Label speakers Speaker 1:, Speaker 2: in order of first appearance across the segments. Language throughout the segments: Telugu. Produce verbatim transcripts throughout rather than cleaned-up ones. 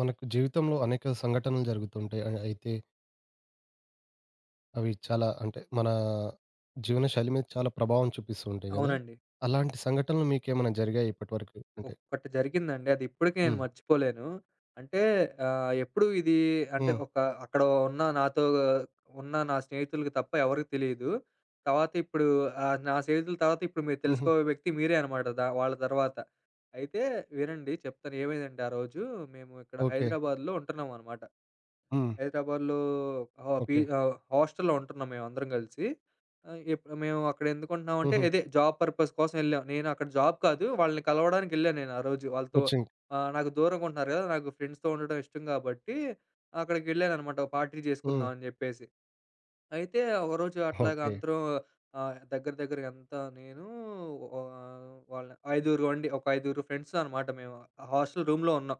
Speaker 1: మనకు జీవితంలో అనేక సంఘటనలు జరుగుతుంటాయి. అ అయితే అవి చాలా అంటే మన జీవనశైలి మీద చాలా ప్రభావం చూపిస్తూ ఉంటాయి గదా!
Speaker 2: అవునండి.
Speaker 1: అలాంటి సంఘటనలు మీకేమైనా జరిగాయా ఇప్పటివరకు? అంటే
Speaker 2: ఒక్కటి జరిగిందండి. అది ఇప్పటికి నేను
Speaker 1: హ్మ్.
Speaker 2: మర్చిపోలేను. అంటే ఆహ్, ఎప్పుడు ఇది అంటే
Speaker 1: హ్మ్.
Speaker 2: ఒక అక్కడ ఉన్న నాతో ఉన్న నా స్నేహితులకి తప్ప ఎవరికీ తెలీదు. తర్వాత ఇప్పుడు ఆహ్, నా స్నేహితుల తర్వాత ఇప్పుడు మీరు
Speaker 1: హుహు.
Speaker 2: తెలుసుకోబోయే వ్యక్తి మీరే అనమాట. ద వాళ్ళ తర్వాత. అయితే వినండి చెప్తాను ఏమైందంటే ఆ రోజు మేము ఇక్కడ
Speaker 1: ఓకే.
Speaker 2: హైదరాబాద్‌లో ఉంటున్నామనమాట.
Speaker 1: హ్మ్.
Speaker 2: హైదరాబాద్‌లో ఆహ్, పి
Speaker 1: ఓకే.
Speaker 2: ఆహ్, హాస్టల్‌లో ఉంటున్నాం మేమందరం కలిసి. ఆహ్, ఇప్ మేము అక్కడ ఎందుకుంటున్నామంటే
Speaker 1: హుహు.
Speaker 2: ఇదే జాబ్ పర్పస్ కోసం ఎళ్ళాం. నేను అక్కడ జాబ్ కాదు. వాళ్ళని కలవడానికెళ్ళాను నేను ఆ రోజు. వాళ్ళతో
Speaker 1: కోచింగ్.
Speaker 2: ఆహ్, నాకు దూరంగా ఉంటున్నారు కదా! నాకు ఫ్రెండ్స్‌తో ఉండడం ఇష్టం కాబట్టి అక్కడికెళ్ళాననమాట. పార్టీ చేసుకుందాం
Speaker 1: హ్మ్.
Speaker 2: అని చెప్పేసి. అయితే ఒకరోజు అట్లాగా
Speaker 1: ఓకే.
Speaker 2: అందరం ఆహ్, దగ్గర దగ్గరగా ఎంత నేను ఆహ్, వాళ్ళ ఐదుగురం అండి. ఒక ఐదుగురు ఫ్రెండ్స్ అనమాట మేము. హాస్టల్ రూమ్‌లో ఉన్నాం.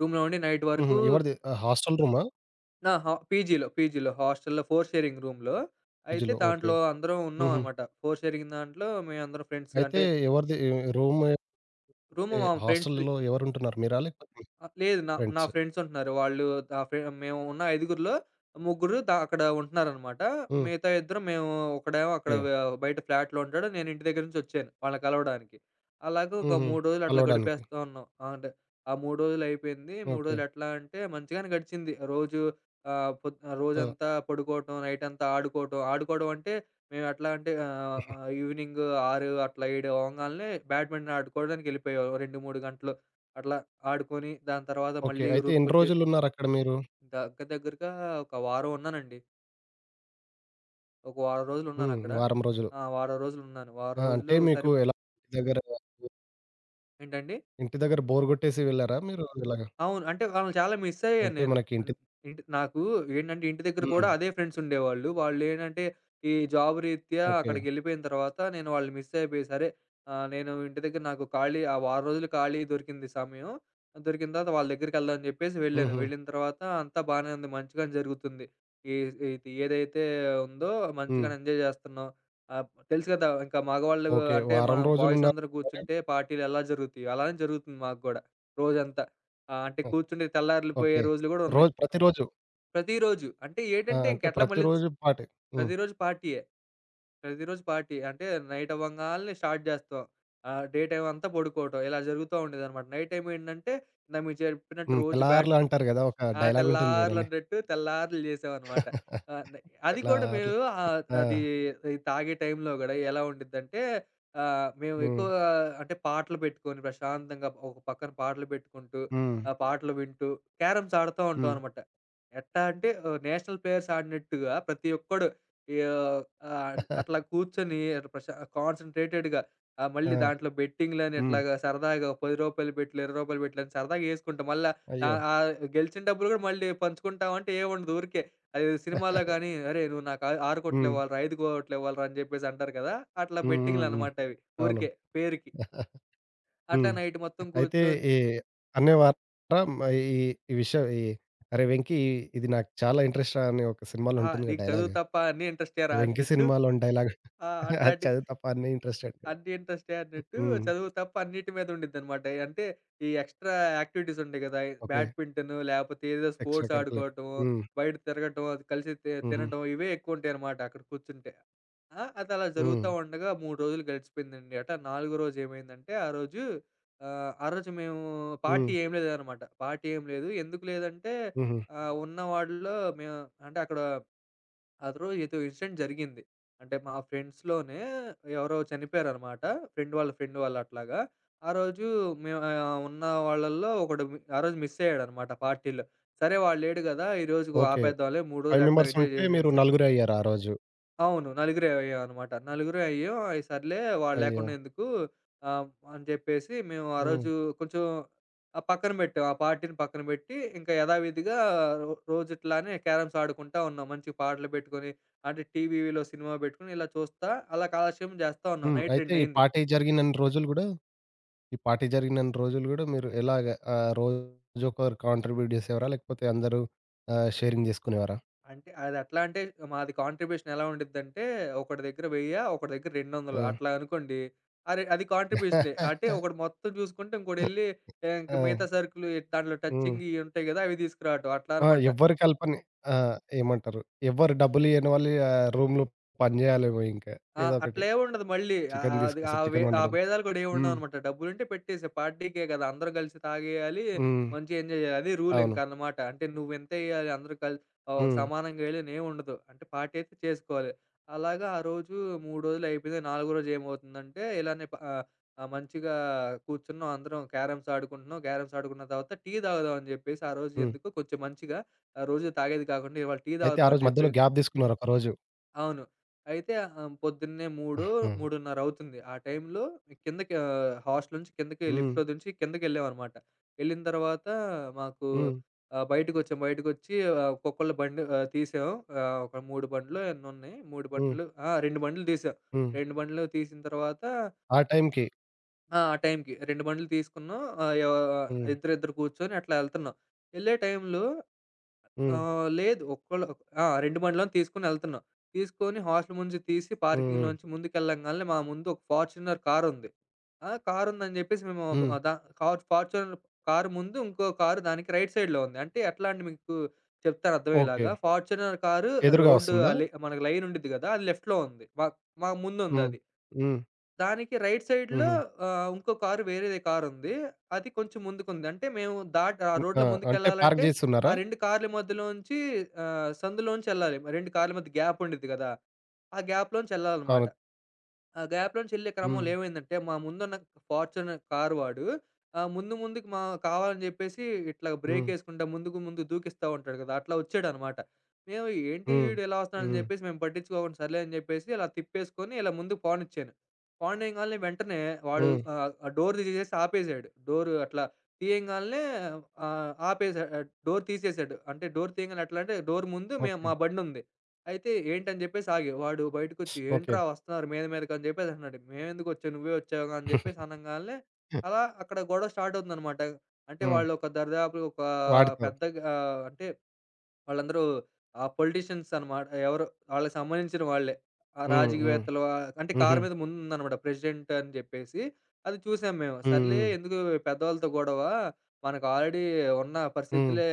Speaker 2: రూమ్‌లో ఉండి నైట్
Speaker 1: హుహు.
Speaker 2: వరకు
Speaker 1: ఎవరిది ఆహ్, హాస్టల్ రూమా?
Speaker 2: ఆ! హా పీజీలో, పీజీలో హాస్టల్‌లో ఫోర్ షేరింగ్ రూమ్‌లో. అయితే
Speaker 1: పీజీలో. ఓకే.
Speaker 2: దాంట్లో అందరం
Speaker 1: హుహు.
Speaker 2: ఉన్నామనమాట. ఫోర్ షేరింగ్ దాంట్లో మేమందరం ఫ్రెండ్స్
Speaker 1: అయితే
Speaker 2: అంటే
Speaker 1: ఎవరిది ఏ, రూమ్
Speaker 2: రూమ్
Speaker 1: అంటే
Speaker 2: మా ఫ్రెండ్స్‌ది.
Speaker 1: హాస్టల్‌లో ఎవరుంటున్నారు? మీరా? లేకపోతే మీ
Speaker 2: ఆ! లేదు. నా నా
Speaker 1: ఫ్రెండ్స్?
Speaker 2: ఫ్రెండ్స్ ఉంటున్నారు. వాళ్ళు నా ఫ్రె మేము ఉన్న ఐదుగురిలో ముగ్గురు ద అక్కడ ఉంటున్నారనమాట.
Speaker 1: హ్మ్.
Speaker 2: మిగతా ఇద్దరం మేము ఒకడేమో అక్కడ
Speaker 1: ఓకే.
Speaker 2: వ బయట ఫ్లాట్‌లో ఉంటాడు. నేను ఇంటి దగ్గర నుంచి వచ్చాను వాళ్ళని కలవడానికి. అలాగే ఒక
Speaker 1: హుహు.
Speaker 2: మూడు రోజులు అట్లా
Speaker 1: కలవడానికి.
Speaker 2: గడిపేస్తా ఉన్నాం. ఆహ్, అంటే ఆ మూడు రోజులు అయిపోయింది. మూడు
Speaker 1: ఓకే.
Speaker 2: రోజులు ఎట్లా అంటే మంచిగానే గడిచింది. రోజు ఆహ్, పొద్ ఆ,
Speaker 1: ఆ!
Speaker 2: రోజంతా పడుకోవటం, నైట్ అంతా ఆడుకోవటం. ఆడుకోవడం అంటే మేము ఎట్లా అంటే ఆహ్, ఆహ్, ఈవినింగ్ ఆరు అట్లా ఏడు అవ్వంగాల్నే బ్యాడ్మింటన్ ఆడుకోవడానికి వెళ్ళిపోయేవాళ్ళం రెండు, మూడు గంటలు. అట్లా ఆడుకొని దాని తర్వాత
Speaker 1: ఓకే.
Speaker 2: మళ్ళీ
Speaker 1: అయితే ఎన్ని
Speaker 2: రూమ్‌కొచ్చే
Speaker 1: రోజులున్నారక్కడ మీరు?
Speaker 2: దగ్గర దగ్గరగా ఒక వారం ఉన్నానండి. ఒక వారం
Speaker 1: హ్మ్.
Speaker 2: రోజులున్నానక్కడ.
Speaker 1: వారం రోజులు.
Speaker 2: ఆ! వారం రోజులున్నాను. వారం
Speaker 1: ఆ! అంటే
Speaker 2: రోజులు సరి
Speaker 1: మీకు ఎలా ఇంటి దగ్గర
Speaker 2: ఏంటండి?
Speaker 1: ఇంటి దగ్గర బోర్ గొట్టేసి వెళ్లారా మీరు ఇలాగ?
Speaker 2: అవును. అంటే వాళ్ళని చాలా మిస్ అయ్యాను
Speaker 1: అంటే
Speaker 2: నేను.
Speaker 1: మనకి
Speaker 2: అంటే
Speaker 1: ఇంటి
Speaker 2: ఇంటి నాకు ఏంటంటే ఇంటి దగ్గర
Speaker 1: హ్మ్.
Speaker 2: కూడా అదే ఫ్రెండ్స్ ఉండేవాళ్ళు. వాళ్ళేంటంటే ఈ జాబ్ రీత్యా
Speaker 1: ఓకే.
Speaker 2: అక్కడికెళ్ళిపోయిన తర్వాత నేను వాళ్ళని మిస్ అయిపోయి సరే ఆహ్, నేను ఇంటి దగ్గర నాకు ఖాళీ ఆ వారం రోజులు ఖాళీ దొరికింది సమయం. దొరికిన తర్వాత వాళ్ళ దగ్గరికెళ్దామని చెప్పేసి వెళ్ళాను.
Speaker 1: హుహు.
Speaker 2: వెళ్ళిన తర్వాత అంతా బానే ఉంది. మంచిగానే జరుగుతుంది. ఈ ఇది ఏదైతే ఉందో
Speaker 1: హ్మ్.
Speaker 2: మంచిగానే ఎంజాయ్ చేస్తున్నాం. ఆహ్, తెలుసు కదా! ఇంకా మగవాళ్ళు
Speaker 1: ఓకే.
Speaker 2: అంటే
Speaker 1: వారం
Speaker 2: మనం బాయ్స్
Speaker 1: రోజులున్నారు
Speaker 2: అందరూ
Speaker 1: సరే.
Speaker 2: కూర్చుంటే పార్టీలు ఎలా జరుగుతాయో అలానే జరుగుతుంది మాకు గూడా రోజంతా. ఆ! అంటే
Speaker 1: ఆ!
Speaker 2: కూర్చుంటే తెల్లార్లిపోయే
Speaker 1: ఓకే.
Speaker 2: రోజులు గూడా ఉన్నాయి.
Speaker 1: రోజు ప్రతిరోజు.
Speaker 2: ప్రతిరోజు అంటే
Speaker 1: ఆ!
Speaker 2: ఏటంటే
Speaker 1: అంటే
Speaker 2: ఇంకెట్లా మళ్ళీ స్
Speaker 1: ప్రతిరోజు పాటే. హ్మ్.
Speaker 2: ప్రతిరోజు పార్టీయే. ప్రతిరోజు పార్టీ. అంటే నైట్ అవ్వంగాల్నే స్టార్ట్ జేస్తాం. ఆహ్, డే టైమ్ అంతా పడుకోవటం ఇలా జరుగుతా ఉండేదనమాట. నైట్ టైమ్ ఏంటంటే ఇందాక మీకు చెప్పినట్టు
Speaker 1: హ్మ్.
Speaker 2: రోజు బ్యాట్
Speaker 1: తెల్లార్లు అంటారు గదా! ఒక
Speaker 2: ఆ!
Speaker 1: డైలాగుంటుంది జూడండి.
Speaker 2: తెల్లార్లన్నట్టు తెల్లార్లు జేసామనమాట. ఆహ్, న అది కూడా
Speaker 1: తెల్లార్లు
Speaker 2: మేము ఆహ్,
Speaker 1: ఆ!
Speaker 2: అది తాగే టైంలో గూడా ఎలా ఉండిద్దంటే ఆహ్, మేము
Speaker 1: హ్మ్.
Speaker 2: ఎక్కువ అంటే పాటలు పెట్టుకొని ప్రశాంతంగా ఒక పక్కన పాటలు పెట్టుకుంటూ,
Speaker 1: హ్మ్.
Speaker 2: ఆ పాటలు వింటూ క్యారమ్స్ ఆడుతా ఉంటాం
Speaker 1: హ్మ్.
Speaker 2: అనమాట. ఎట్టా అంటే ఆహ్, నేషనల్ ప్లేయర్స్ ఆడినట్టుగా ప్రతి ఒక్కడు యాహ్! ఆహ్, అట్లా కూర్చొని ప్రశా కాన్సంట్రేటెడ్‌గా ఆహ్, మళ్ళీ
Speaker 1: ఆ!
Speaker 2: దాంట్లో బెట్టింగ్‌లని
Speaker 1: హ్మ్.
Speaker 2: ఇట్లాగా సరదాగా రూ. పది బెట్లు, రూ. ఇరవై బెట్లని సరదాగా యేసుకుంటాం. మళ్ళ
Speaker 1: అయ్యో!
Speaker 2: ఆహ్, ఆహ్, గెలిచిన డబ్బులు గూడా మళ్ళీ పంచుకుంటామంటే ఏముండదు. ఊరికే అది సినిమాలో గాని, "అరేయ్! నువ్వు నాకు ఆ ఆరు
Speaker 1: హ్మ్.
Speaker 2: కోట్లివ్వాలిరా, ఐదు కోట్లివ్వాలిరా" అని జెప్పేసి అంటారు కదా! అట్లా
Speaker 1: హ్మ్. హ్మ్. హ్మ్.
Speaker 2: బెట్టింగ్‌లనమాట అవి.
Speaker 1: అవును.
Speaker 2: ఊరికే పేరుకి. అట్లా
Speaker 1: హ్మ్.
Speaker 2: నైట్ మొత్తం
Speaker 1: అయితే
Speaker 2: కూర్చొని,
Speaker 1: ఈ అనేవారా ఈ ఈ విషయం ఈ "అరే! వెంకీ ఇది నాకు చాలా ఇంట్రెస్ట్ రా" అని ఒక సినిమాలో
Speaker 2: "ఆహా!
Speaker 1: ఉంటుందిగా
Speaker 2: నీకు చదువు
Speaker 1: డైలాగ్.
Speaker 2: తప్ప అన్నీ ఇంట్రెస్టేరా"
Speaker 1: 'వెంకీ'
Speaker 2: అన్నట్టు
Speaker 1: సినిమాలోని డైలాగ్.
Speaker 2: ఆహ్,
Speaker 1: అది
Speaker 2: అట్లాంటి
Speaker 1: చదువు తప్ప అన్నీ ఇంట్రెస్ట్ అంటాడు.
Speaker 2: అన్నీ ఇంట్రెస్టే అన్నట్టు
Speaker 1: హ్మ్.
Speaker 2: చదువు తప్ప అన్నిటి మీద ఉండిద్దనమాట. అంటే ఈ ఎక్స్‌ట్రా యాక్టివిటీస్ ఉంటాయి గదా!
Speaker 1: ఓకే.
Speaker 2: బ్యాడ్మింటను లేపోతే ఏదో
Speaker 1: ఎక్స్‌ట్రా
Speaker 2: స్పోర్ట్స్
Speaker 1: కరిక్యులర్.
Speaker 2: ఆడుకోవటము,
Speaker 1: హ్మ్.
Speaker 2: బయట తిరగటం, అది కలిసి తి
Speaker 1: హుహు.
Speaker 2: తినటం ఇవే ఎక్కువుంటాయనమాట అక్కడ కూర్చుంటే. ఆ! అదలా
Speaker 1: హ్మ్.
Speaker 2: జరుగుతా ఉండగా మూడు రోజులు గడిచిపోయిందండి. అట నాలుగో రోజు ఏమైందంటే ఆ రోజు ఆహ్, ఆ రోజు మేము పార్టీ
Speaker 1: హ్మ్.
Speaker 2: ఏం లేదనమాట. పార్టీ ఏం లేదు. ఎందుకు లేదంటే
Speaker 1: హుహు.
Speaker 2: ఆహ్, ఉన్న వాటిల్లో మేము అంటే అక్కడ ఆ రోజు ఏదో ఇన్సిడెంట్ జరిగింది. అంటే మా ఫ్రెండ్స్‌లోనే ఎవరో చనిపోయారనమాట. ఫ్రెండ్ వాళ్ళ ఫ్రెండ్ వాళ్ళు అట్లాగా. ఆ రోజు మేము ఆహ్, ఉన్న వాళ్ళల్లో ఒకడు మి ఆ రోజు మిస్ అయ్యాడనమాట పార్టీలో. సరే వాడు లేడు గదా! ఈరోజుకు
Speaker 1: ఓకే.
Speaker 2: ఆపేద్దాంలే మూడు రోజులు
Speaker 1: ఐదు
Speaker 2: ఎట్లాగో
Speaker 1: మెంబర్స్
Speaker 2: ఎంజాయ్
Speaker 1: ఉంటే మీరు
Speaker 2: చేసేసాం.
Speaker 1: నలుగురే అయ్యారు ఆ రోజు.
Speaker 2: అవును. నలుగురే అయ్యామనమాట. నలుగురే అయ్యాం. అయి సర్లే వాళ్ళు
Speaker 1: అయ్యో!
Speaker 2: లేకుండా ఎందుకు ఆహ్, అని చెప్పేసి మేము ఆ
Speaker 1: హ్మ్.
Speaker 2: రోజు కొంచెం ఆహ్, పక్కన పెట్టాం. ఆ పార్టీని పక్కన పెట్టి ఇంకా యథావిధిగా రో రోజుట్లానే క్యారమ్స్ ఆడుకుంటా ఉన్నాం. మంచి పాటలు పెట్టుకొని, అంటే టీవీలో సినిమా పెట్టుకొని ఇలా చూస్తా అలా కాలక్షేపం చేస్తా ఉన్నాం.
Speaker 1: హ్మ్.
Speaker 2: నైట్
Speaker 1: అయితే
Speaker 2: రెండు
Speaker 1: ఈ
Speaker 2: అయింది.
Speaker 1: పార్టీ జరిగినన్ని రోజులు గూడా ఈ పార్టీ జరిగినన్ని రోజులు గూడా మీరు ఎలాగ ఆహ్, రోజుకొకరు కాంట్రిబ్యూట్ జేసేవారా? లేకపోతే అందరూ ఆహ్, షేరింగ్ జేసుకునేవారా?
Speaker 2: అంటే అదెట్లా అంటే మాది కాంట్రిబ్యూషన్ ఎలా ఉండిద్దంటే, ఒకడి దగ్గర వెయ్యి ఒకడి దగ్గర రెండు వందలు
Speaker 1: ఆ!
Speaker 2: అట్లా అనుకోండి. అరే అది కాంట్రిబ్యూషనే. అంటే ఒకడు మొత్తం చూసుకుంటే ఇంకోడెళ్ళి ఇంక
Speaker 1: ఆ!
Speaker 2: మిగతా సరుకులు ఈ దాంట్లో
Speaker 1: హ్మ్.
Speaker 2: టచింగ్ ఇయి ఉంటాయి గదా! అవి తీసుకురావటం అట్లా
Speaker 1: ఆ!
Speaker 2: అనమాట.
Speaker 1: ఎవ్వరి కల్పనే? ఆ! ఏమంటారు? ఎవ్వరు డబ్బులియ్యని వాళ్ళు ఆహ్, రూమ్‌లో పని జేయాలేమో ఇంకా.
Speaker 2: ఆ!
Speaker 1: ఏదో ఒకటి.
Speaker 2: అట్లేముండదు మళ్ళీ. ఆహ్,
Speaker 1: చికెన్
Speaker 2: అది ఆ
Speaker 1: తీసుకొస్తే
Speaker 2: వే
Speaker 1: చికెన్
Speaker 2: ఆ
Speaker 1: వండడం.
Speaker 2: భేదాలు కూడా
Speaker 1: హ్మ్.
Speaker 2: ఏముండవనమాట. డబ్బులుంటే పెట్టేసేయి పార్టీకే కదా! అందరూ కలిసి తాగేయాలి,
Speaker 1: హ్మ్.
Speaker 2: మంచిగా ఎంజాయ్ చేయాలి. అది రూలింక
Speaker 1: అవును.
Speaker 2: అనమాట. అంటే నువ్వింతెయ్యాలి అందరూ కల్ ఆహ్,
Speaker 1: హ్మ్.
Speaker 2: సమానంగా ఏయలేనేముండదు. అంటే పార్టీ అయితే చేసుకోవాలి. అలాగా ఆ రోజు మూడు రోజులయిపోయింది. నాలుగో రోజు ఏమవుతుందంటే ఇలానే ప ఆహ్, ఆహ్, మంచిగా కూర్చున్నాం అందరం క్యారమ్స్ ఆడుకుంటున్నాం. క్యారమ్స్ ఆడుకున్న తర్వాత టీ తాగుదాం అని చెప్పేసి ఆ రోజు
Speaker 1: హ్మ్.
Speaker 2: ఎందుకు కొంచెం మంచిగా ఆహ్, రోజు తాగేది కాకుండా ఇవాళ టీ
Speaker 1: అయితే ఆ
Speaker 2: తాగుదాం అని
Speaker 1: రోజు
Speaker 2: చెప్పి
Speaker 1: మధ్యలో గ్యాప్ తీసుకున్నారు ఒకరోజు.
Speaker 2: అవును. అయితే ఆహ్, పొద్దున్నే మూడు,
Speaker 1: హ్మ్.
Speaker 2: మూడున్నర అవుతుంది. ఆ టైంలో కిందకి ఆహ్, హాస్టల్ నుంచి కిందకి
Speaker 1: హ్మ్.
Speaker 2: లిఫ్ట్‌లో దించి కిందకెళ్ళామనమాట. వెళ్ళిన తర్వాత మాకు
Speaker 1: హ్మ్.
Speaker 2: ఆహ్, బయటకొచ్చాం. బయటకొచ్చి ఆహ్, ఒక్కొక్కళ్ళ బండి ఆహ్, తీసాం. ఆహ్, ఒక మూడు బండ్లో ఎన్నున్నాయి. మూడు
Speaker 1: హ్మ్.
Speaker 2: బండ్లు ఆ! రెండు బండ్లు తీసాం.
Speaker 1: హ్మ్.
Speaker 2: రెండు బండ్లు తీసిన తర్వాత
Speaker 1: ఆ
Speaker 2: ఆ!
Speaker 1: టైంకి.
Speaker 2: ఆ టైంకి రెండు బండ్లు తీసుకున్నాం. ఆహ్, ఎవ
Speaker 1: హ్మ్.
Speaker 2: ఇద్దరిద్దరు కూర్చొని అట్లా ఎళ్తున్నాం. ఎళ్ళే టైంలో
Speaker 1: హ్మ్.
Speaker 2: ఆహ్, లేదు. ఒక్కళ్ళు ఆ! రెండు బండ్లను తీసుకొనెళ్తున్నాం. తీసుకొని హాస్టల్ ముందు తీసి
Speaker 1: హ్మ్. హ్మ్.
Speaker 2: పార్కింగ్‌లోంచి ముందుకెళ్ళంగాల్నే మా ముందు ఒక ఫార్చునర్ కారుంది. ఆ! కారుందని జెప్పేసి మేము
Speaker 1: హ్మ్.
Speaker 2: ఆహ్, దా కార్ ఫార్చునర్ కారు ముందు ఇంకో కారు దానికి రైట్ సైడ్‌లో ఉంది. అంటే ఎట్లా అంటే మీకు చెప్తాను
Speaker 1: ఓకే.
Speaker 2: అర్థమయ్యేలాగా. ఫార్చునర్ కారు
Speaker 1: ఎదురుగా
Speaker 2: రోడ్డు
Speaker 1: వస్తుందా?
Speaker 2: ఆహ్, లే మనకి లైన్ ఉండిద్ది గదా! అది లెఫ్ట్‌లో ఉంది. మా మా
Speaker 1: హ్మ్.
Speaker 2: ముందుందది.
Speaker 1: హ్మ్.
Speaker 2: దానికి రైట్ సైడ్‌లో
Speaker 1: హుహు.
Speaker 2: ఆహ్, ఇంకో కారు వేరేది కారుంది. అది కొంచెం ముందుకుంది. అంటే మేము దాట్ ఆ
Speaker 1: హ్మ్. ఆ!
Speaker 2: రోడ్‌లో
Speaker 1: అంటే
Speaker 2: ముందుకెళ్ళాలంటే
Speaker 1: పార్క్
Speaker 2: ఆ
Speaker 1: జేసున్నారా?
Speaker 2: రెండు కార్ల మధ్యలోంచి ఆహ్, సందులోంచెళ్ళాలి. రెండు కార్ల మధ్య గ్యాప్ ఉండిద్ది గదా! ఆ గ్యాప్‌లోంచెళ్ళాలనమాట.
Speaker 1: అవును.
Speaker 2: ఆ గ్యాప్‌లో నుంచి వెళ్ళే
Speaker 1: హ్మ్.
Speaker 2: క్రమంలో ఏమైందంటే, మా ముందున్న ఫార్చునర్ కారు వాడు ఆహ్, ముందు ముందుకి మా కావాలని చెప్పేసి ఇట్లా
Speaker 1: హ్మ్.
Speaker 2: బ్రేకేసుకుంటా ముందుకు ముందు దూకిస్తా ఉంటాడు కదా! అట్లా వచ్చాడనమాట. మేము ఏంటి
Speaker 1: హ్మ్.
Speaker 2: వీడు ఇలా వస్తున్నాడని
Speaker 1: హ్మ్.
Speaker 2: చెప్పేసి మేము పట్టించుకోకుండా సర్లే అని చెప్పేసి ఇలా తిప్పేసుకొని ఇలా ముందుకు పోనిచ్చాను. పోనియంగాల్నే వెంటనే వాడు
Speaker 1: హ్మ్.
Speaker 2: ఆహ్, ఆ డోర్ తీసేసి ఆపేసాడు. డోర్ అట్లా తీయంగాల్నే ఆహ్, ఆపేసా డోర్ తీసేసాడు. అంటే డోర్ తీయంగానే ఎట్లా అంటే డోర్ ముందు మేము
Speaker 1: ఓకే.
Speaker 2: మా బండుంది. అయితే ఏంటని జెప్పేసి ఆగా. వాడు బయటకొచ్చి,
Speaker 1: ఓకే.
Speaker 2: "ఏంట్రా వస్తున్నారు మీద మీదకని" జెప్పేసి అంటున్నాడు. "మేమెందుకొచ్చాం నువ్వే వచ్చావుగా" అని జెప్పేసి అనంగాల్నే, అలా అక్కడ గొడవ స్టార్ట్ అవుతుందనమాట. అంటే
Speaker 1: హ్మ్.
Speaker 2: వాళ్ళొక దరిదాపులొక
Speaker 1: వాటితో.
Speaker 2: పెద్దగా ఆహ్, అంటే వాళ్ళందరూ ఆహ్, పొలిటీషియన్స్ అనమాట. ఎవరు వాళ్ళకి సంబంధించిన వాళ్ళే. ఆ
Speaker 1: హ్మ్. హ్మ్.
Speaker 2: రాజకీయవేత్తలు ఆహ్, అంటే
Speaker 1: హుహు.
Speaker 2: కారు మీద ముందుందనమాట ప్రెసిడెంట్ అని చెప్పేసి. అది చూసాం మేము.
Speaker 1: హ్మ్.
Speaker 2: సర్లే
Speaker 1: హ్మ్.
Speaker 2: ఎందుకు పెద్దవాళ్ళతో గొడవ, మనకు ఆల్రెడీ ఉన్న
Speaker 1: హ్మ్.
Speaker 2: పరిస్థితులే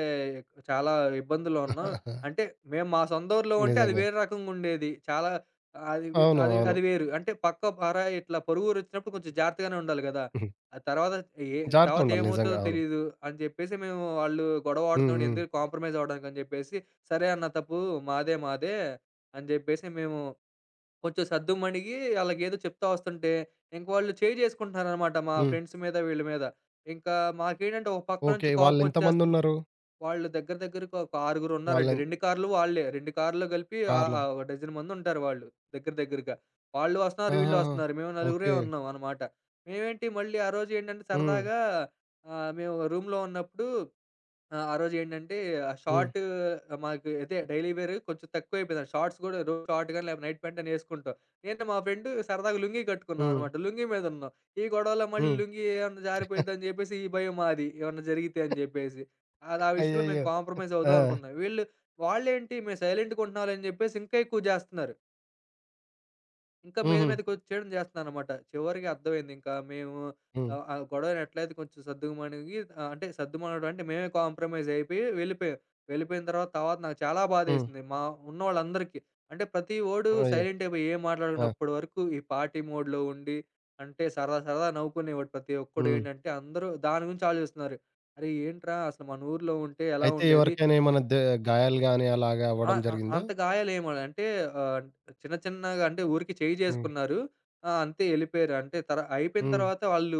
Speaker 2: చాలా ఇబ్బందుల్లో ఉన్నాం. అంటే మేము మా సొంత ఊర్లో ఉంటే అది
Speaker 1: నిజంగా.
Speaker 2: వేరే రకంగుండేది. చాలా అది వే
Speaker 1: అవును.
Speaker 2: అది
Speaker 1: అవును.
Speaker 2: అది వేరు. అంటే పక్క పరాయి ఇట్లా పొరుగూరొచ్చినప్పుడు కొంచెం జాగ్రత్తగానే ఉండాలి గదా!
Speaker 1: హుహు.
Speaker 2: ఆ తర్వాత ఏ
Speaker 1: జాగ్రత్తగా
Speaker 2: తర్వాత
Speaker 1: ఉండాలి నిజంగా.
Speaker 2: ఏమవుతుందో
Speaker 1: అవును.
Speaker 2: తెలీదు అని చెప్పేసి మేము వాళ్ళు గొడవ
Speaker 1: హ్మ్.
Speaker 2: ఆడుతున్నాడు
Speaker 1: హ్మ్.
Speaker 2: ఎందుకు కాంప్రమైజ్ అవ్వడానికి అని చెప్పేసి సరే అన్న తప్పు మాదే మాదే అని చెప్పేసి మేము కొంచెం సద్దు మణిగి వాళ్ళకి ఏదో చెప్తా వస్తుంటే ఇంక వాళ్ళు చేయి చేసుకుంటున్నారు అనమాట మా
Speaker 1: హ్మ్.
Speaker 2: ఫ్రెండ్స్ మీద వీళ్ళ మీద ఇంకా మాకేంటంటే ఒక పక్క
Speaker 1: ఓకే.
Speaker 2: నుంచి కోపం వచ్చేస్తుంది
Speaker 1: వాళ్ళెంతమందున్నారు?
Speaker 2: వాళ్ళు దగ్గర దగ్గరగా ఒక ఆరుగురున్నారండి.
Speaker 1: వాళ్ళెన్
Speaker 2: రెండు కార్లు వాళ్ళే. రెండు కార్లు కలిపి ఆహ్,
Speaker 1: కార్‌లో.
Speaker 2: ఆహ్, ఒక డజన్ మందుంటారు వాళ్ళు దగ్గర దగ్గరగా. వాళ్ళు వస్తున్నారు, వీళ్ళు
Speaker 1: ఆహాహా!
Speaker 2: వస్తున్నారు. మేము నలుగురే
Speaker 1: ఓకే.
Speaker 2: ఉన్నాం అన్నమాట. మేమేంటి మళ్ళీ ఆ రోజు ఏంటంటే
Speaker 1: హ్మ్.
Speaker 2: సరదాగా ఆహ్, మేము రూమ్‌లో ఉన్నప్పుడు ఆ! ఆ రోజేంటంటే ఆహ్,
Speaker 1: హ్మ్.
Speaker 2: షార్ట్ మాకు అయితే డైలీ వేర్ కొంచెం తక్కువైపోయింది. షార్ట్స్ గూడా రోజు షార్ట్ గాని లేకపోతే నైట్ ప్యాంట్ అని యేసుకుంటాం. నేను మా ఫ్రెండ్ సరదాగా లుంగీ కట్టుకున్నాం
Speaker 1: హ్మ్.
Speaker 2: అనమాట. లుంగీ మీద ఉన్నాం. ఈ గొడవలో మళ్ళీ
Speaker 1: హ్మ్.
Speaker 2: లుంగీ ఏమన్నా జారిపోయిద్దని జెప్పేసి ఈ భయం మాది ఏమన్నా జరిగితే అని జెప్పేసి. అది ఆ విషయంలో మేము
Speaker 1: అయ్యయ్యో!
Speaker 2: కాంప్రమైజ్
Speaker 1: ఆ!
Speaker 2: అవుదాం అనుకున్నాం. వీళ్ళు వాళ్ళేంటి మేము సైలెంట్‌గా ఉంటున్నాంలే అని జెప్పేసి ఇంకా ఎక్కువ జేస్తున్నారు. ఇంకా మీద
Speaker 1: హుహు.
Speaker 2: మీదకొచ్చేయడం చేస్తున్నాననమాట. చివరికి అర్థమైంది ఇంకా మేము
Speaker 1: హ్మ్.
Speaker 2: ఆహ్, ఆ గొడవని ఎట్లయితే కొంచెం సద్దుమణిగి ఆహ్, అంటే సద్దుమణగడం అంటే మేమే కాంప్రమైజ్ అయిపోయి వెళ్ళిపోయాం. వెళ్ళిపోయిన తర్వాత, తర్వాత నాకు చాలా
Speaker 1: హ్మ్.
Speaker 2: బాధేసింది. మా ఉన్నోళ్ళందరికీ. అంటే ప్రతి ఓడు
Speaker 1: అయ్యో!
Speaker 2: సైలెంట్ అయిపోయి ఏం మాట్లాడకుండా
Speaker 1: ఆ!
Speaker 2: అప్పటి వరకు ఈ పార్టీ మోడ్‌లో ఉండి, అంటే సరదా సరదా నవ్వుకునేవాడు ప్రతి ఒక్కడు.
Speaker 1: హ్మ్.
Speaker 2: ఏంటంటే అందరూ దాని గురించి ఆలోచిస్తున్నారు. అరే! ఏంట్రా అసలు మన ఊర్లో ఉంటే ఎలా
Speaker 1: అయితే
Speaker 2: ఉండేది?
Speaker 1: ఎవరికైనా ఏమన్నా దె గాయాలు గాని అలాగా
Speaker 2: ఆ!
Speaker 1: అవ్వడం
Speaker 2: ఆ!
Speaker 1: జరిగిందా?
Speaker 2: అంత గాయాలేమి అంటే ఆహ్, చిన్న చిన్నగా అంటే ఊరికే చెయ్యి
Speaker 1: హ్మ్.
Speaker 2: చేసుకున్నారు. ఆ! అంతే ఎళ్ళిపోయారు. అంటే తర అయిపోయిన
Speaker 1: హ్మ్.
Speaker 2: తర్వాత వాళ్ళు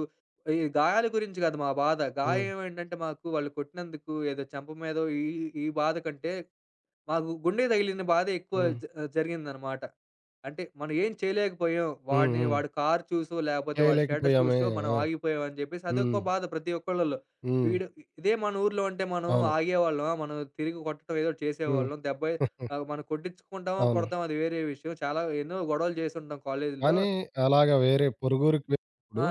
Speaker 2: ఈ గాయాల గురించి కాదు మా బాధ.
Speaker 1: హ్మ్.
Speaker 2: గాయం ఏంటంటే మాకు వాళ్ళు కొట్టినందుకు ఏదో చెంప మీదో ఈ ఈ బాధ కంటే మాకు గుండెకి తగిలిన బాధ ఎక్కువ
Speaker 1: హ్మ్.
Speaker 2: జ జరిగిందనమాట. అంటే మనం ఏం చేయలేకపోయాం.
Speaker 1: హ్మ్.
Speaker 2: వాడిని
Speaker 1: హ్మ్.
Speaker 2: వాడి కారు చూసో, లేపోతే వాడి స్టేటస్
Speaker 1: చేయలేకపోయామే.
Speaker 2: చూసో మనం ఆగిపోయాం అని జెప్పేసి అదొక
Speaker 1: హ్మ్.
Speaker 2: బాధ ప్రతి ఒక్కళ్ళలో.
Speaker 1: హ్మ్.
Speaker 2: వీడు ఇదే మన ఊర్లో ఉంటే మనం
Speaker 1: అవును.
Speaker 2: ఆగేవాళ్ళమా? మనం తిరిగి కొట్టడం ఏదో ఒకటి
Speaker 1: హ్మ్.
Speaker 2: చేసేవాళ్ళం. దెబ్బ ఆహ్, మనం కొట్టించుకుంటామో,
Speaker 1: అవును.
Speaker 2: కొడతామో అది వేరే విషయం. చాలా ఎన్నో గొడవలు చేసుంటాం కాలేజీలో.
Speaker 1: కానీ అలాగా వేరే పొరుగురికి
Speaker 2: ఆ!
Speaker 1: వెళ్ళినప్పుడు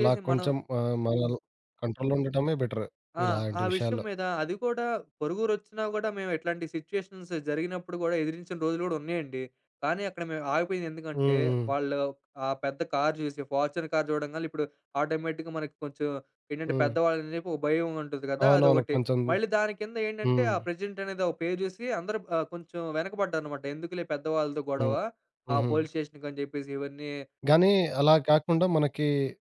Speaker 1: అలా
Speaker 2: మనం
Speaker 1: కొంచెం ఆహ్, మనం కంట్రోల్‌లో ఉండటమే బెటర్
Speaker 2: ఆ!
Speaker 1: ఇలాంటి
Speaker 2: ఆ విషయం
Speaker 1: విషయాల్లో.
Speaker 2: మీద అది కూడా పొరుగురొచ్చినా గూడా మేము ఇట్లాంటి సిట్యుయేషన్స్ జరిగినప్పుడు గూడా ఎదిరించిన రోజులు గూడా ఉన్నాయండి. కానీ అక్కడ మేము ఆగిపోయింది ఎందుకంటే,
Speaker 1: హ్మ్. హ్మ్.
Speaker 2: వాళ్ళు ఆ పెద్ద కార్ చూసి ఫార్చ్యూనర్ కార్ చూడంగాల్నే ఇప్పుడు ఆటోమేటిక్‌గా మనకి కొంచెం ఏంటంటే
Speaker 1: హ్మ్.
Speaker 2: పెద్దవాళ్ళని చెప్పి ఒక భయం ఉంటుంది గదా!
Speaker 1: అవునవును.
Speaker 2: అదొకటి.
Speaker 1: కొంచెం
Speaker 2: మళ్ళీ దాని కింద ఏంటంటే ఆ
Speaker 1: హ్మ్.
Speaker 2: ప్రెసిడెంట్ అనేది ఒక పేరు చూసి అందరూ ఆహ్, కొంచెం వెనకబడ్డారనమాట. ఎందుకులే పెద్దవాళ్ళతో గొడవ,
Speaker 1: హ్మ్.
Speaker 2: ఆ
Speaker 1: హుహు.
Speaker 2: పోలీస్ స్టేషన్‌కని చెప్పేసి ఇవన్నీ
Speaker 1: గానీ అలా కాకుండా మనకి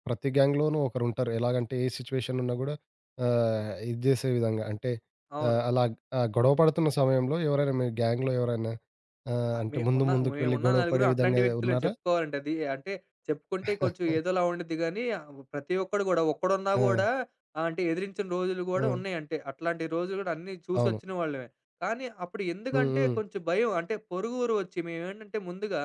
Speaker 1: ప్రతి గ్యాంగ్‌లోనూ ఒకరుంటారు. ఎలాగంటే ఏ సిట్యుయేషన్ ఉన్నా గూడా ఆహ్, ఇది జేసే విధంగా అంటే
Speaker 2: అవును.
Speaker 1: ఆహ్, అలా ఆహ్, గొడవ పడుతున్న సమయంలో ఎవరైనా మీ గ్యాంగ్‌లో ఎవరైనా ఆహ్,
Speaker 2: ఆ!
Speaker 1: అంటే
Speaker 2: మే
Speaker 1: ముందు
Speaker 2: ఉన్న
Speaker 1: ముందుకు వెళ్లి
Speaker 2: మేమున్న
Speaker 1: గొడవ
Speaker 2: నలుగురు
Speaker 1: పడే
Speaker 2: అట్లాంటి
Speaker 1: విధంగా
Speaker 2: వ్యక్తులే
Speaker 1: ఉన్నారా?
Speaker 2: చెప్పుకోవాలంటే అది. అంటే చెప్పుకుంటే కొంచెం ఏదోలా ఉండిద్ది గానీ, ప్రతి ఒక్కడు గూడా ఒక్కడున్నా
Speaker 1: ఆ!
Speaker 2: గూడా ఆహ్, అంటే ఎదిరించిన రోజులు గూడా
Speaker 1: హ్మ్.
Speaker 2: ఉన్నాయి అంటే. అట్లాంటి రోజులు గూడా అన్నీ
Speaker 1: అవును.
Speaker 2: చూసొచ్చిన వాళ్ళమే. కానీ అప్పుడు
Speaker 1: హ్మ్.
Speaker 2: ఎందుకంటే
Speaker 1: హ్మ్.
Speaker 2: కొంచెం భయం. అంటే పొరుగురు వచ్చి మేమేంటంటే ముందుగా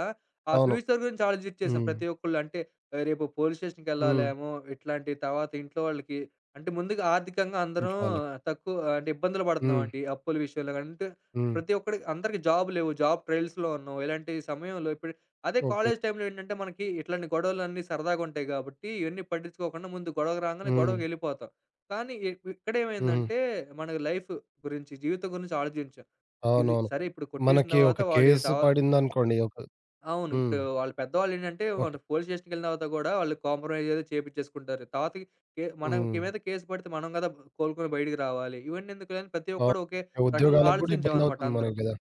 Speaker 2: ఆ
Speaker 1: అవును.
Speaker 2: ఫ్యూచర్ గురించి ఆలోచిచ్చేసాం
Speaker 1: హ్మ్.
Speaker 2: ప్రతి ఒక్కళ్ళు. అంటే ఆ, రేపు పోలీస్
Speaker 1: హ్మ్.
Speaker 2: స్టేషన్‌కెళ్ళాలేమో, ఇట్లాంటి తర్వాత ఇంట్లో వాళ్ళకి అంటే ముందుగా ఆర్థికంగా అందరం
Speaker 1: ఇంట్లో వాళ్ళకి.
Speaker 2: తక్కువ అంటే ఇబ్బందులు
Speaker 1: హ్మ్.
Speaker 2: పడుతున్నామండి. అప్పుల విషయంలో గాని అంటే
Speaker 1: హ్మ్.
Speaker 2: ప్రతి ఒక్కడికి అందరికి జాబ్ లేవు. జాబ్ ట్రైల్స్‌లో ఉన్నాం. ఇలాంటి సమయంలో ఇప్పుడు అదే
Speaker 1: ఓకే.
Speaker 2: కాలేజ్ టైంలో ఏంటంటే, మనకి ఇట్లాంటి గొడవలన్నీ సరదాగా ఉంటాయి గాబట్టి, ఇవన్నీ పట్టించుకోకుండా ముందు గొడవకు రాంగానే
Speaker 1: హ్మ్.
Speaker 2: గొడవకెళ్ళిపోతాం. కానీ ఇ
Speaker 1: హుహు.
Speaker 2: ఇక్కడేమైందంటే, మనకి లైఫ్ గురించి, జీవితం గురించి ఆలోచించాం. ఇది
Speaker 1: అవునవును.
Speaker 2: సరే ఇప్పుడు కొట్టేసిన
Speaker 1: మనకి ఒక
Speaker 2: తర్వాత వాడి
Speaker 1: కేసు
Speaker 2: తవా
Speaker 1: పడిందనుకోండి ఒక
Speaker 2: అవును.
Speaker 1: హ్మ్.
Speaker 2: ఇప్పుడు వాళ్ళ పెద్దవాళ్ళేంటంటే, వాళ్ళు
Speaker 1: ఓకే.
Speaker 2: పోలీస్ స్టేషన్‌కెళ్ళిన తర్వాత గూడా వాళ్ళు కాంప్రమైజ్ ఏదో చేపించేసుకుంటారు. తర్వాతకి కే మనకి
Speaker 1: హ్మ్.
Speaker 2: మీద కేసు పడితే మనం గదా కోలుకొని బయటికి రావాలి. ఇవన్నీ ఎందుకులే అని ప్రతి ఒక్కడు ఒకే
Speaker 1: అవును.
Speaker 2: రకంగా
Speaker 1: ఉద్యోగాలకు గూడా
Speaker 2: ఆలోచించామనమాట
Speaker 1: ఇబ్బందవుతుంది
Speaker 2: అందరం.
Speaker 1: మనకి గదా!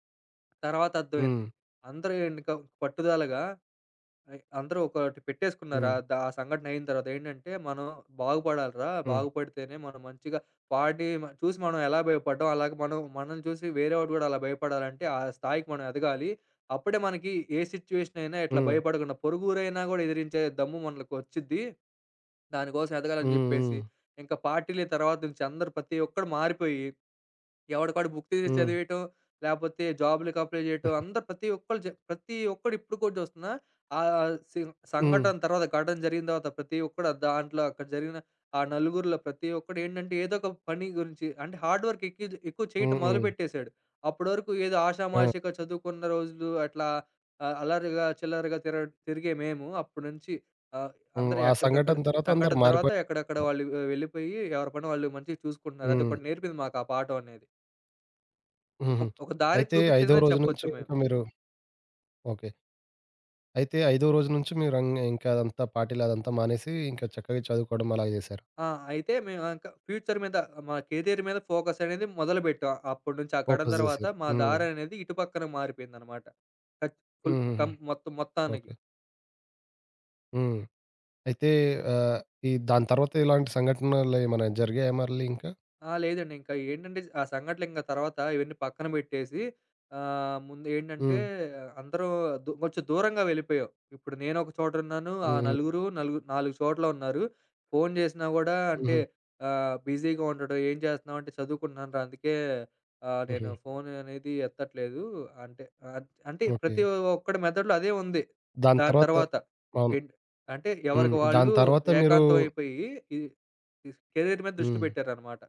Speaker 2: తర్వాత అర్థమైంది.
Speaker 1: హ్మ్.
Speaker 2: అందరూ ఇంక పట్టుదలగా ఆహ్, అందరూ ఒకటి పెట్టేసుకున్నారు.
Speaker 1: హ్మ్.
Speaker 2: ఆహ్, దా ఆ సంఘటన అయిన తర్వాత ఏంటంటే, మనం బాగుపడాలిరా!
Speaker 1: హ్మ్.
Speaker 2: బాగుపడితేనే మనం మంచిగా వాడిని మ చూసి మనం ఎలా భయపడ్డాం, అలాగే మనం మనల్ని చూసి వేరేవాడు కూడా అలా భయపడాలంటే, ఆ స్థాయికి మనం ఎదగాలి. అప్పుడే మనకి ఏ సిట్యుయేషన్ అయినా ఇట్లా
Speaker 1: హ్మ్.
Speaker 2: భయపడకుండా, పొరుగురైనా కూడా ఎదిరించే దమ్ము మనకొచ్చిద్ది. దానికోసం ఎదగాలని
Speaker 1: హ్మ్.
Speaker 2: చెప్పేసి,
Speaker 1: హ్మ్.
Speaker 2: ఇంకా పార్టీల తర్వాత నుంచి అందరూ ప్రతి ఒక్కడు మారిపోయి ఎవడికాడు బుక్ తీసి చదివేయటం, లేపోతే జాబ్‌లకి అప్లై చేయటం.
Speaker 1: హ్మ్.
Speaker 2: అందరు ప్రతి ఒక్కళ్ళు జ ప్రతి ఒక్కడు ఇప్పుడు కూడా చూస్తున్నా ఆహ్, సి
Speaker 1: హ్మ్.
Speaker 2: సంఘటన తర్వాత ఘటన జరిగిన తర్వాత ప్రతి ఒక్కడు ఆ దాంట్లో అక్కడ జరిగిన ఆ నలుగురిలో ప్రతి ఒక్కడు ఏంటంటే ఏదో ఒక పని గురించి అంటే హార్డ్ వర్క్ ఎక్కి ఎక్కువ చేయటం
Speaker 1: హ్మ్. హ్మ్.
Speaker 2: మొదలుపెట్టేసాడు. అప్పటివరకు ఏదో
Speaker 1: ఆ!
Speaker 2: ఆషామాషీగా చదువుకున్న రోజులు అట్లా ఆహ్, అల్లరిగా చిల్లరగా తిర తిరిగే మేము అప్పటి నుంచి ఆహ్,
Speaker 1: హ్మ్.
Speaker 2: అందరూ
Speaker 1: ఆ
Speaker 2: ఎక్కడికక్కడ
Speaker 1: సంఘటన తర్వాత అందరూ
Speaker 2: సంఘటన తర్వాత
Speaker 1: మారిపోయారు.
Speaker 2: ఎక్కడెక్కడ వాళ్ళు వె వెళ్ళిపోయి ఎవరి పని వాళ్ళు మంచిగా చూసుకుంటున్నారు.
Speaker 1: హ్మ్.
Speaker 2: అదొకటి నేర్పింది మాకు ఆ పాఠం అనేది. ఒక
Speaker 1: హుహు.
Speaker 2: ఒక దారి
Speaker 1: అయితే ఐదో
Speaker 2: చూపించిందని
Speaker 1: రోజు
Speaker 2: చెప్పొచ్చు
Speaker 1: నుంచి
Speaker 2: మేము.
Speaker 1: ఇంకా మీరు ఓకే. అయితే ఐదో రోజు నుంచి మీరం ఇంకా అదంతా పార్టీలు అదంతా మానేసి, ఇంకా చక్కగా చదువుకోవడం అలాగ జేశారు.
Speaker 2: ఆ! అయితే మేము ఇంక ఫ్యూచర్ మీద మా కెరియర్ మీద ఫోకస్ అనేది మొదలుపెట్టాం. అప్పటి నుంచి ఆ కడం
Speaker 1: ఫోకస్
Speaker 2: తర్వాత
Speaker 1: జేసిర్రు.
Speaker 2: మా
Speaker 1: హ్మ్.
Speaker 2: దారనేది ఇటు పక్కన మారిపోయిందనమాట. కచ్ ఫుల్
Speaker 1: హుహుహు.
Speaker 2: కం మొత్తం మొత్తానికి.
Speaker 1: ఓకే. హ్మ్. అయితే ఆహ్, ఈ దాని తర్వాత ఇలాంటి సంఘటనలేమైనా జరిగాయా మళ్ళీ ఇంకా?
Speaker 2: ఆ! లేదండి. ఇంకా ఏంటంటే ఆ సంఘటనలు ఇంక తర్వాత ఇవన్నీ పక్కన పెట్టేసి ఆహ్, ముందు ఏంటంటే
Speaker 1: హ్మ్.
Speaker 2: అందరూ దూ కొంచెం దూరంగా వెళ్ళిపోయాం. ఇప్పుడు నేనొక చోట ఉన్నాను. ఆ
Speaker 1: హుహు.
Speaker 2: నలుగురు నలుగు నాలుగు చోట్ల ఉన్నారు. ఫోను చేసినా గూడా అంటే
Speaker 1: హుహు.
Speaker 2: ఆహ్, బిజీగా ఉండడం. "ఏం చేస్తున్నావు?" అంటే, "చదువుకుంటున్నానురా అందుకే ఆహ్, నేను
Speaker 1: హుహు.
Speaker 2: ఫోను అనేది ఎత్తట్లేదు." అంటే అన్ అంటే
Speaker 1: ఓకే.
Speaker 2: ప్రతి ఒక్కడి మెదడులో అదే ఉంది.
Speaker 1: దాని
Speaker 2: దాని
Speaker 1: తర్వాత
Speaker 2: తర్వాత
Speaker 1: అవును.
Speaker 2: ఏంట్ అంటే
Speaker 1: హ్మ్.
Speaker 2: ఎవరికి
Speaker 1: దాని
Speaker 2: వాళ్ళు
Speaker 1: తర్వాత మీరు
Speaker 2: ఏకాంతం అయిపోయి, ఈ ఈ కెరీర్ మీద దృష్టి
Speaker 1: హ్మ్.
Speaker 2: పెట్టారనమాట.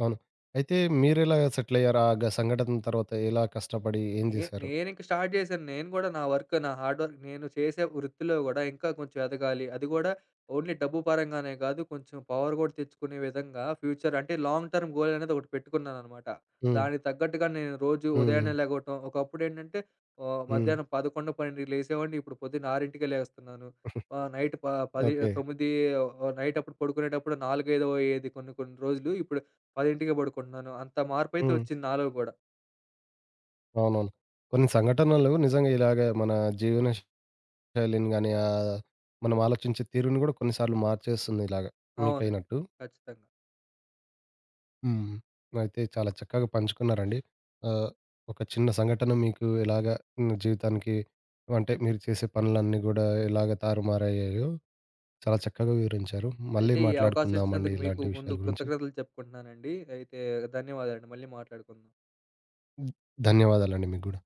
Speaker 1: అవును. అయితే మీరెలా సెటిలయ్యారు? ఆ గ సంఘటన తర్వాత ఎలా కష్టపడి ఏం
Speaker 2: నే
Speaker 1: జేశారు?
Speaker 2: నేనింక స్టార్ట్ జేశాను. నేను గూడా నా వర్క్, నా హార్డ్ వర్క్ నేను చేసే వృత్తిలో గూడా ఇంకా కొంచెం ఎదగాలి. అది గూడా ఓన్లీ డబ్బు పరంగానే గాదు. కొంచెం పవర్ గూడా తెచ్చుకునే విధంగా ఫ్యూచర్ అంటే లాంగ్ టర్మ్ గోల్ అనేది ఒకటి పెట్టుకున్నాననమాట.
Speaker 1: హ్మ్.
Speaker 2: దానికి తగ్గట్టుగా నేను రోజు
Speaker 1: హ్మ్.
Speaker 2: ఉదయాన్నే లెగవటం. ఒకప్పుడేంటంటే ఆహ్,
Speaker 1: హ్మ్.
Speaker 2: మధ్యాహ్నం పదకొండు, పన్నెండుకి లేసేవాడిని. ఇప్పుడు పొద్దున్న ఆరుకే లేస్తున్నాను. ఆహ్, నైట్ ప పది
Speaker 1: ఓకే.
Speaker 2: తొమ్మిది ఆహ్, నైట్ అప్పుడు పడుకునేటప్పుడు నాలుగు, ఐదు అయ్యేది కొన్ని కొన్ని రోజులు. ఇప్పుడు పదికే పడుకుంటున్నాను. అంత మార్పయితే
Speaker 1: హ్మ్.
Speaker 2: వచ్చింది నాలో గూడా.
Speaker 1: అవునవును. కొన్ని సంఘటనలు నిజంగా ఇలాగ మన జీవన శైలిని గాని, ఆహ్, మనం ఆలోచించే తీరుని గూడా కొన్నిసార్లు మార్చేస్తుంది ఇలాగ
Speaker 2: అవునండి.
Speaker 1: మీకైనట్టు.
Speaker 2: ఖచ్చితంగా.
Speaker 1: హ్మ్. అయితే చాలా చక్కగా పంచుకున్నారండి. ఆహ్, ఒక చిన్న సంఘటన మీకు ఎలాగ హ్మ్, జీవితానికి అంటే మీరు చేసే పనులన్నీ గూడా ఎలాగ తారుమారయ్యాయో చాలా చక్కగా వివరించారు. మళ్ళీ
Speaker 2: అయితే ఈ అవకాశం
Speaker 1: మాట్లాడుకుందామండి
Speaker 2: ఇచ్చినందుకు మీకు
Speaker 1: ఇలాంటి విషయాల
Speaker 2: ముందు
Speaker 1: గురించి.
Speaker 2: కృతజ్ఞతలు చెప్పుకుంటున్నానండి. అయితే ధన్యవాదాలండి. మళ్ళీ మాట్లాడుకుందాం.
Speaker 1: ధన్యవాదాలండి మీకు గూడా.